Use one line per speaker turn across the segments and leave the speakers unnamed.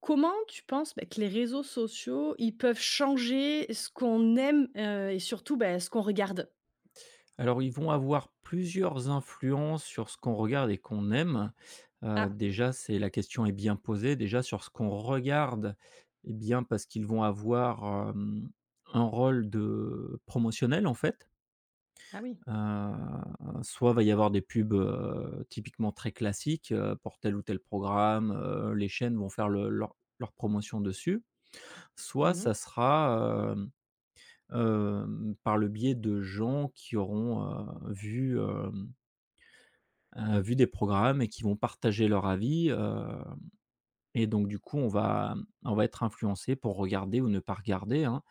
Comment tu penses, que les réseaux sociaux, ils peuvent changer ce qu'on aime, et surtout, ce qu'on regarde?
Alors, ils vont avoir plusieurs influences sur ce qu'on regarde et qu'on aime.
Ah!
Déjà, c'est la question est bien posée. Déjà sur ce qu'on regarde, eh bien, parce qu'ils vont avoir, un rôle de promotionnel, en fait.
Ah oui.
Heu, Soit va y avoir des pubs, typiquement très classiques, pour tel ou tel programme, les chaînes vont faire le leur leur promotion dessus. Soit
Mmh.
ça sera, par le biais de gens qui auront, heu, vu, vu des programmes et qui vont partager leur avis, et donc du coup, on va être influencé pour regarder ou ne pas regarder, hein.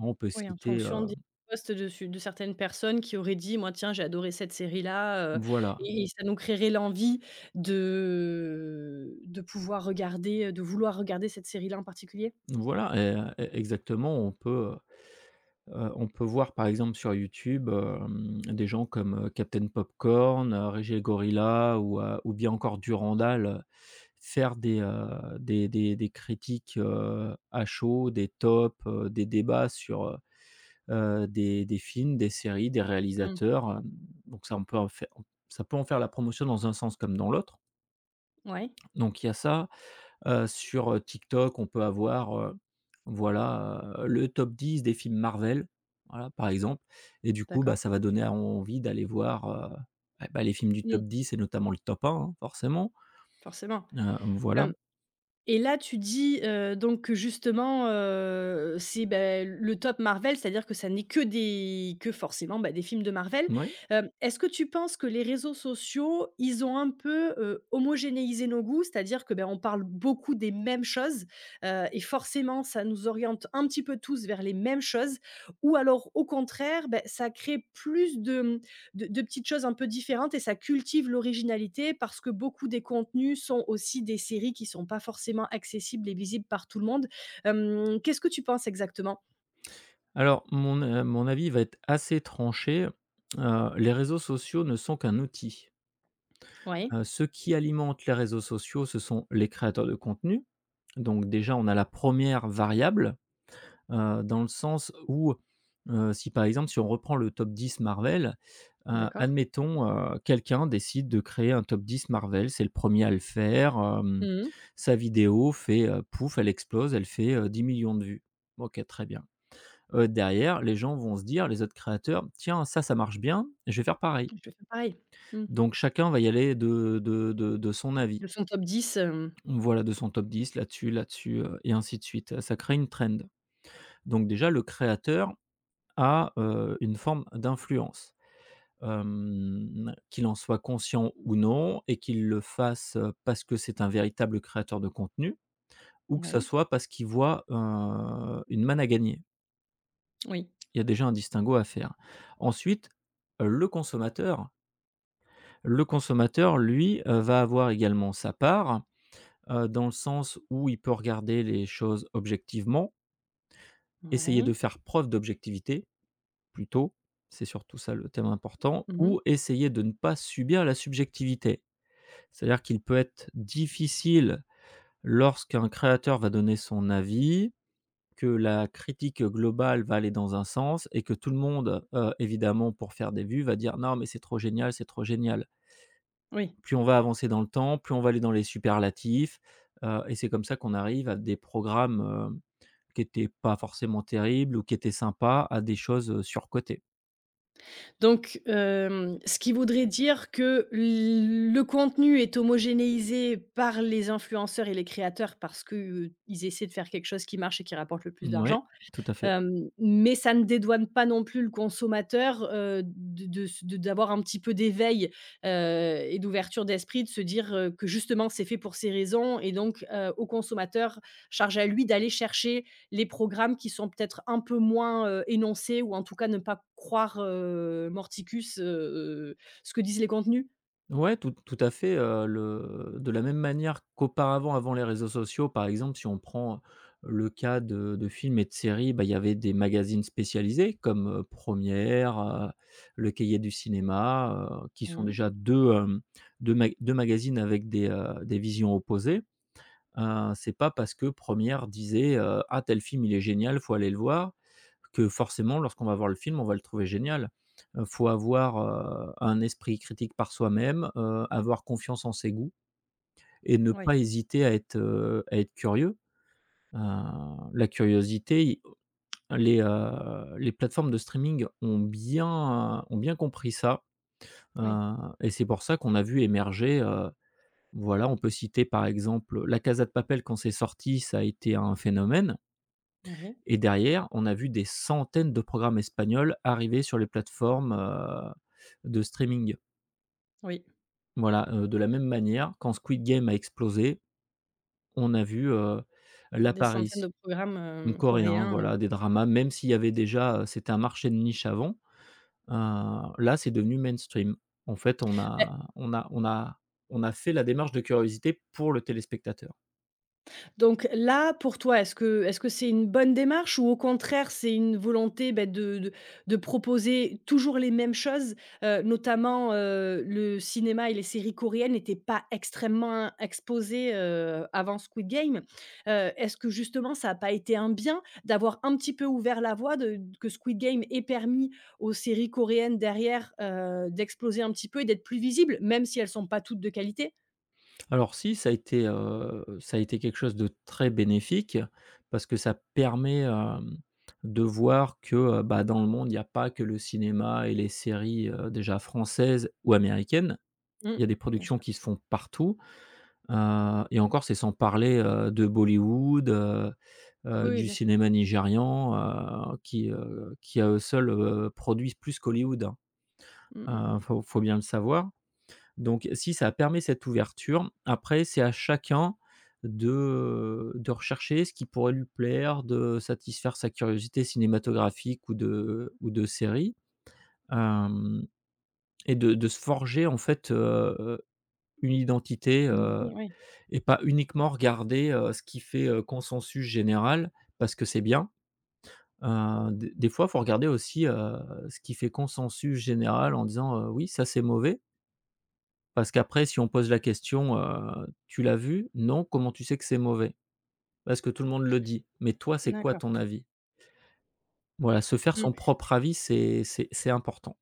On peut
Oui, en
citer,
fonction des posts de certaines personnes qui auraient dit: «Moi, tiens, j'ai adoré cette série-là»,
voilà,
et ça nous créerait l'envie de pouvoir regarder, de vouloir regarder cette série-là en particulier?
voilà. Et exactement, on peut voir par exemple sur YouTube, des gens comme, Captain Popcorn, Régé Gorilla ou bien encore Durandal, faire des critiques, à chaud, des tops, des débats sur, des films, des séries, des
Mmh.
réalisateurs, donc ça peut en faire la promotion dans un sens comme dans l'autre.
Ouais.
Donc il y a ça, sur, TikTok, on peut avoir, voilà, le top 10 des films Marvel, voilà, par exemple. Et du coup, bah,
D'accord.
ça va donner envie d'aller voir, eh bah, les films du top
Mmh.
10 et notamment le top un, hein, forcément,
Forcément.
voilà.
Et là, tu dis, donc que justement, c'est, le top Marvel, c'est-à-dire que ça n'est que des que forcément, des films de Marvel.
Oui.
Est-ce que tu penses que les réseaux sociaux, ils ont un peu, homogénéisé nos goûts? C'est-à-dire que, on parle beaucoup des mêmes choses, et forcément, ça nous oriente un petit peu tous vers les mêmes choses? Ou alors, au contraire, ça crée plus de, de petites choses un peu différentes et ça cultive l'originalité parce que beaucoup des contenus sont aussi des séries qui sont pas forcément accessibles et visibles par tout le monde. Qu'est-ce que tu penses exactement?
Alors mon avis va être assez tranché, les réseaux sociaux ne sont qu'un outil.
Ouais,
Ceux qui alimente les réseaux sociaux, ce sont les créateurs de contenu. Donc déjà, on a la première variable, dans le sens où, si par exemple, si on reprend le top 10 Marvel,
d'accord.
admettons, quelqu'un décide de créer un top 10 Marvel, c'est le premier à le faire,
Mmh.
sa vidéo fait, pouf, elle explose, elle fait, 10 000 de vues. OK, très bien. Derrière, les gens vont se dire, les autres créateurs: «Tiens, ça marche bien, je vais faire pareil».
Je vais faire pareil. Mmh.
Donc chacun va y aller de son avis.
De son top 10. Hem
Voilà, de son top 10 là-dessus, là-dessus, et ainsi de suite. Ça crée une trend. Donc déjà, le créateur a, une forme d'influence. Qu'il en soit conscient ou non et qu'il le fasse, parce que c'est un véritable créateur de contenu ou que ça
Ouais,
soit parce qu'il voit, une manne à gagner.
oui.
Il y a déjà un distinguo à faire. Ensuite, heu, le consommateur le consommateur, lui, va avoir également sa part, dans le sens où il peut regarder les choses objectivement. Essayer de
Ouais.
faire preuve d'objectivité, plutôt, c'est surtout ça le thème important,
Mmh.
ou essayer de ne pas subir la subjectivité. C'est-à-dire qu'il peut être difficile lorsqu'un créateur va donner son avis, que la critique globale va aller dans un sens et que tout le monde, évidemment pour faire des vues va dire: «Non mais c'est trop génial, c'est trop génial».
Oui.
Plus on va avancer dans le temps, plus on va aller dans les superlatifs, et c'est comme ça qu'on arrive à des programmes, qui étaient pas forcément terribles ou qui étaient sympas à des choses, surcotées.
Donc, ce qui voudrait dire que l le contenu est homogénéisé par les influenceurs et les créateurs parce qu'ils essaient de faire quelque chose qui marche et qui rapporte le plus
Mouais,
d'argent.
tout à fait.
Mais ça ne dédouane pas non plus le consommateur, de d'avoir un petit peu d'éveil, heu et d'ouverture d'esprit, de se dire, que justement c'est fait pour ces raisons et donc, au consommateur, charge à lui d'aller chercher les programmes qui sont peut-être un peu moins, énoncés ou en tout cas ne pas croire, morticus, heu, ce que disent les contenus.
Ouais, tout tout à fait, le de la même manière qu'auparavant, avant les réseaux sociaux, par exemple, si on prend le cas de films et de séries, bah, il y avait des magazines spécialisés comme, Première, Le Cahier du cinéma, qui sont
Mmh.
déjà 2 mag 2 magazines avec des visions opposées. C'est pas parce que Première disait, «Ah tel film il est génial, faut aller le voir», que forcément lorsqu'on va voir le film, on va le trouver génial. Faut avoir, un esprit critique par soi-même, avoir confiance en ses goûts et ne pas
Oui,
hésiter à être, curieux. Heu, la curiosité, les plateformes de streaming ont bien compris ça, heu
oui,
et c'est pour ça qu'on a vu émerger, voilà, on peut citer par exemple La Casa de Papel quand c'est sorti, ça a été un phénomène
oui,
et derrière, on a vu des centaines de programmes espagnols arriver sur les plateformes, de streaming.
oui.
Voilà, de la même manière, quand Squid Game a explosé, on a vu,
Des centaines de
l'apparition
programmes,
coréen,
coréens,
voilà, des dramas, même s'il y avait déjà, c'était un marché de niche avant. Là, c'est devenu mainstream. En fait,
heu
on a fait la démarche de curiosité pour le téléspectateur.
Donc là, pour toi, est-ce que c'est une bonne démarche ou au contraire, c'est une volonté, de proposer toujours les mêmes choses? Notamment, le cinéma et les séries coréennes n'étaient pas extrêmement exposées, avant Squid Game. Est-ce que justement, ça n'a pas été un bien d'avoir un petit peu ouvert la voie de que Squid Game ait permis aux séries coréennes derrière, d'exploser un petit peu et d'être plus visibles, même si elles sont pas toutes de qualité?
Alors si, ça a été, quelque chose de très bénéfique parce que ça permet, de voir que, bah, dans le monde, il n'y a pas que le cinéma et les séries, déjà françaises ou américaines.
Mmh.
Il y a des
Bien
productions
sûr.
qui se font partout. Et encore, c'est sans parler, de Bollywood,
Oui, oui,
du
bien sûr.
cinéma nigérian, qui à eux seuls, produisent plus qu'Hollywood, hein.
Mmh, mmh, mmh.
Faut bien le savoir. Donc si ça permet cette ouverture, après c'est à chacun de, de rechercher ce qui pourrait lui plaire, de satisfaire sa curiosité cinématographique ou de série, hem et de se forger en fait, une identité,
Une idée, oui.
et pas uniquement regarder, ce qui fait, consensus général parce que c'est bien. Des fois, il faut regarder aussi, ce qui fait consensus général en disant, «Oui, ça, c'est mauvais», parce qu'après si on pose la question, «Tu l'as vu? Non, comment tu sais que c'est mauvais ?» parce que tout le monde le dit. Mais toi, c'est quoi
D'accord.
ton avis? Voilà, se faire son
Mmh.
propre avis, c'est important.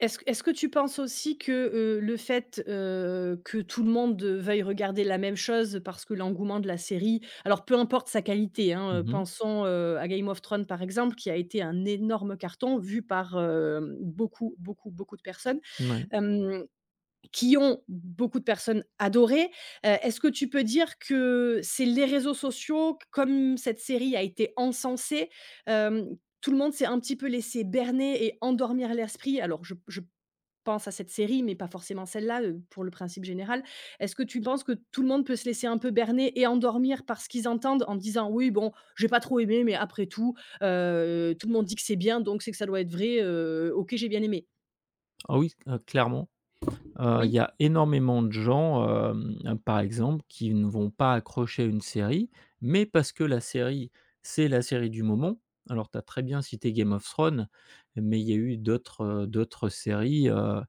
Est-ce que tu penses aussi que, le fait, que tout le monde, veuille regarder la même chose parce que l'engouement de la série alors peu importe sa qualité, hein,
Mmh mh.
pensons, à Game of Thrones par exemple qui a été un énorme carton vu par, beaucoup, beaucoup, beaucoup de personnes.
Ouais.
Qui ont beaucoup de personnes adorées. Est-ce que tu peux dire que c'est les réseaux sociaux, comme cette série a été encensée, euh, tout le monde s'est un petit peu laissé berner et endormir l'esprit? Alors, je pense à cette série, mais pas forcément celle-là, pour le principe général. Est-ce que tu penses que tout le monde peut se laisser un peu berner et endormir par ce qu'ils entendent en disant oui, bon, j'ai pas trop aimé, mais après tout, tout le monde dit que c'est bien, donc c'est que ça doit être vrai. Ok, j'ai bien aimé.
Ah oui, clairement. Il y
Oui.
a énormément de gens, par exemple, qui ne vont pas accrocher à une série, mais parce que la série, c'est la série du moment. Alors, tu as très bien cité Game of Thrones, mais il y a eu d'autres, séries,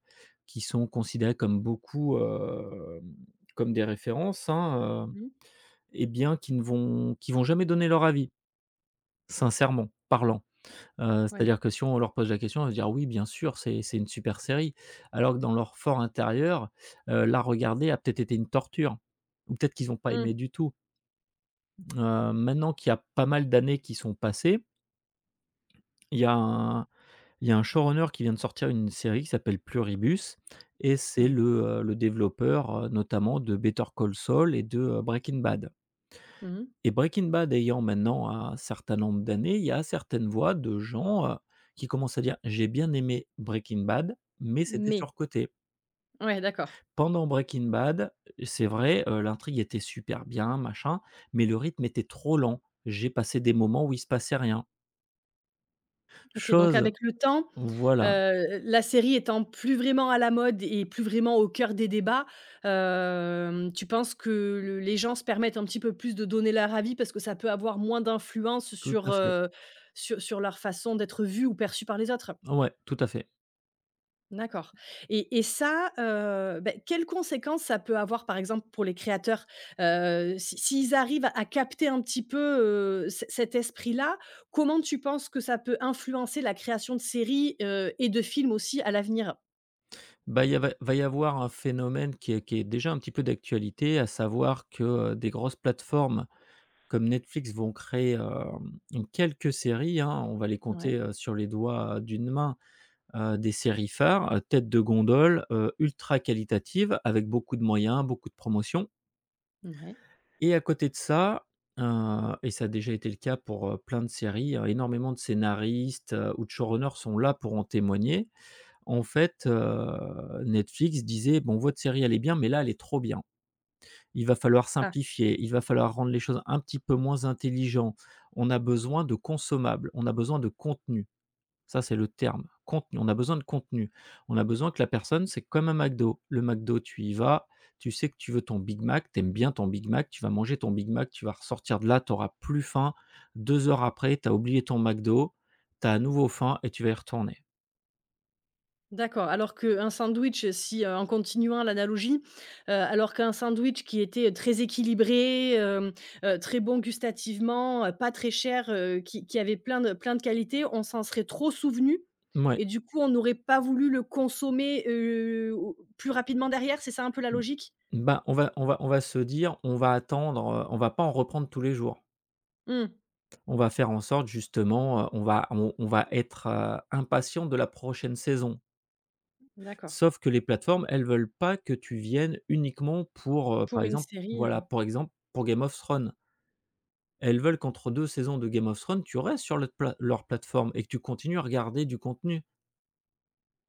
qui sont considérées comme beaucoup, comme des références, hein,
Mhm.
et bien qui vont jamais donner leur avis, sincèrement parlant.
Ouais.
C'est-à-dire que si on leur pose la question, ils vont dire: «Oui, bien sûr, c'est une super série». Alors que dans leur fort intérieur, la regarder a peut-être été une torture ou peut-être qu'ils n'ont pas aimé
Mhm.
du tout. Maintenant qu'il y a pas mal d'années qui sont passées, il y a un il y a un showrunner qui vient de sortir une série qui s'appelle Pluribus et c'est
Ouais.
le développeur, notamment de Better Call Saul et de, Breaking Bad.
Mhm.
Et Breaking Bad ayant maintenant un certain nombre d'années, il y a certaines voix de gens, qui commencent à dire: «J'ai bien aimé Breaking Bad, mais c'était
Mais
surcoté.
ouais, d'accord.
Pendant Breaking Bad, c'est vrai, l'intrigue était super bien, machin, mais le rythme était trop lent. J'ai passé des moments où il se passait rien».
OK, donc
Chose
avec le temps,
Voilà,
la série étant plus vraiment à la mode et plus vraiment au cœur des débats, tu penses que le les gens se permettent un petit peu plus de donner leur avis parce que ça peut avoir moins d'influence
tout
sur,
à fait.
sur leur façon d'être vue ou perçue par les autres?
Ouais, tout à fait.
D'accord. Et ça, quelles conséquences ça peut avoir, par exemple, pour les créateurs? Si s'ils arrivent à capter un petit peu, c cet esprit-là, comment tu penses que ça peut influencer la création de séries, et de films aussi à l'avenir?
Bah, il y avait va y avoir un phénomène qui est déjà un petit peu d'actualité, à savoir que, des grosses plateformes comme Netflix vont créer, quelques séries, hein, on va les compter,
Ouais.
sur les doigts d'une main, des séries phares, têtes de gondole, ultra qualitative, avec beaucoup de moyens, beaucoup de promotion.
Ouais.
Et à côté de ça, heu et ça a déjà été le cas pour, plein de séries, énormément de scénaristes, ou de showrunners sont là pour en témoigner. En fait, Netflix disait: «Bon votre série elle est bien, mais là elle est trop bien». Il va falloir
Ah.
simplifier, il va falloir rendre les choses un petit peu moins intelligentes. On a besoin de consommables, on a besoin de contenu. Ça, c'est le terme, contenu. On a besoin de contenu. On a besoin que la personne, c'est comme un McDo. Le McDo, tu y vas, tu sais que tu veux ton Big Mac, tu aimes bien ton Big Mac, tu vas manger ton Big Mac, tu vas ressortir de là, tu auras plus faim. 2 heures après, tu as oublié ton McDo, tu as à nouveau faim et tu vas y retourner.
D'accord, alors qu'un sandwich, si, en continuant l'analogie, alors qu'un sandwich qui était très équilibré, très bon gustativement, pas très cher, qui avait plein de qualités, on s'en serait trop souvenu
Ouais.
et du coup, on n'aurait pas voulu le consommer, au plus rapidement derrière, c'est ça un peu la logique?
Ben on va se dire: «On va attendre, on va pas en reprendre tous les jours».
Mmh,
On va faire en sorte justement, on va être, impatient de la prochaine saison.
d'accord.
Sauf que les plateformes, elles veulent pas que tu viennes uniquement pour, par
Pour une
exemple
série.
voilà, pour exemple, pour Game of Thrones. Elles veulent qu'entre 2 saisons de Game of Thrones, tu restes sur leur plateforme et que tu continues à regarder du contenu.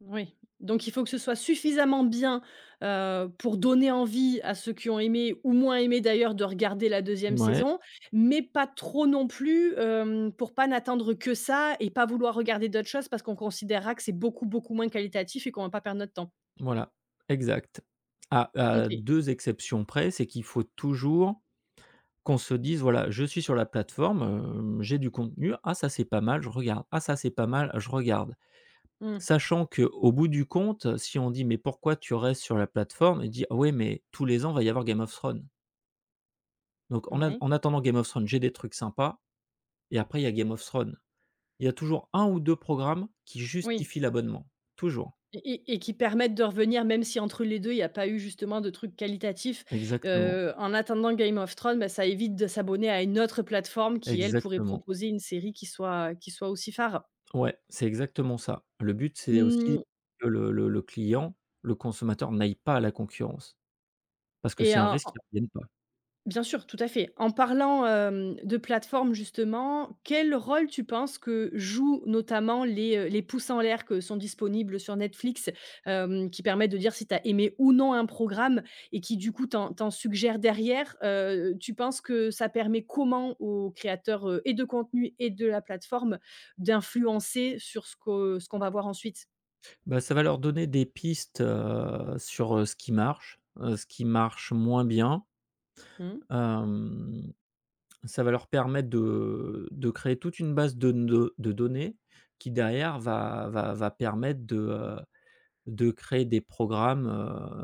Oui, donc il faut que ce soit suffisamment bien, pour donner envie à ceux qui ont aimé ou moins aimé d'ailleurs de regarder la deuxième
Ouais,
saison, mais pas trop non plus, pour pas n'attendre que ça et pas vouloir regarder d'autres choses parce qu'on considérera que c'est beaucoup, beaucoup moins qualitatif et qu'on va pas perdre notre temps.
voilà, exact. À à
OK.
2 exceptions près, c'est qu'il faut toujours qu'on se dise: «Voilà, je suis sur la plateforme, j'ai du contenu. Ah ça c'est pas mal, je regarde. Ah ça c'est pas mal, je regarde».
Mmh.
Sachant qu'au bout du compte, si on dit: «Mais pourquoi tu restes sur la plateforme ?» il dit: «Ah ouais, mais tous les ans, va y avoir Game of Thrones. Donc
Ouais.
en attendant Game of Thrones, j'ai des trucs sympas et après il y a Game of Thrones». Il y a toujours un ou deux programmes qui
Oui.
justifient l'abonnement. Toujours.
Et qui permettent de revenir, même si entre les 2 il n'y a pas eu justement de trucs qualitatifs.
Exactement,
En attendant Game of Thrones, ça évite de s'abonner à une autre plateforme qui, elle, pourrait
exactement.
proposer une série qui soit aussi phare.
Ouais, c'est exactement ça. Le but, c'est aussi
Mmh.
que le client, le consommateur n'aille pas à la concurrence. Parce que
et
c'est un
en
risque qu'ils ne reviennent pas.
Bien sûr, tout à fait. En parlant, de plateformes justement, quel rôle tu penses que jouent notamment les pouces en l'air que sont disponibles sur Netflix, qui permettent de dire si tu as aimé ou non un programme et qui du coup t'en suggèrent derrière? Tu penses que ça permet comment aux créateurs, et de contenu et de la plateforme d'influencer sur ce qu'on va voir ensuite?
Bah, ça va leur donner des pistes, sur, ce qui marche moins bien.
Mmh,
Hem, Ça va leur permettre de créer toute une base de données qui derrière va permettre de créer des programmes,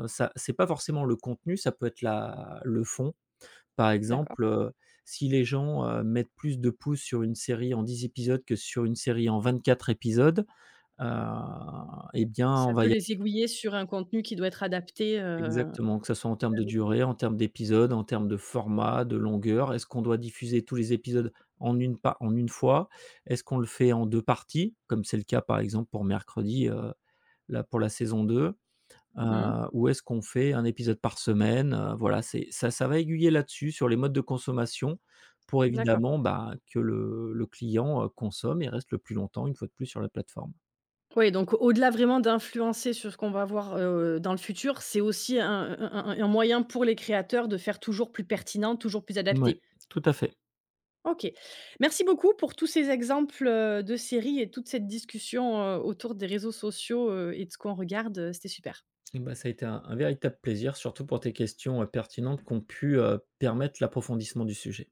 ça c'est pas forcément le contenu, ça peut être la le fond. Par
d'accord.
exemple, si les gens, mettent plus de pouces sur une série en 10 épisodes que sur une série en 24 épisodes. Heu, et bien, on
Ça
va
peut
y
les aiguiller sur un contenu qui doit être adapté,
Exactement, que ce soit en termes de durée, en termes d'épisodes, en termes de format, de longueur. Est-ce qu'on doit diffuser tous les épisodes en une fois? Est-ce qu'on le fait en 2 parties? Comme c'est le cas, par exemple, pour Mercredi, là, pour la saison deux.
mmh,
Ou est-ce qu'on fait un épisode par semaine? Voilà, c'est Ça va aiguiller là-dessus, sur les modes de consommation pour
d'accord.
évidemment, bah, que le client, consomme et reste le plus longtemps, une fois de plus, sur la plateforme.
Oui, donc au-delà vraiment d'influencer sur ce qu'on va voir, dans le futur, c'est aussi un moyen pour les créateurs de faire toujours plus pertinent, toujours plus
Oui,
adapté.
tout à fait.
OK. Merci beaucoup pour tous ces exemples, de séries et toute cette discussion, autour des réseaux sociaux, et de ce qu'on regarde, c'était super.
Et bah, ça a été un véritable plaisir, surtout pour tes questions, pertinentes qui ont pu, permettre l'approfondissement du sujet.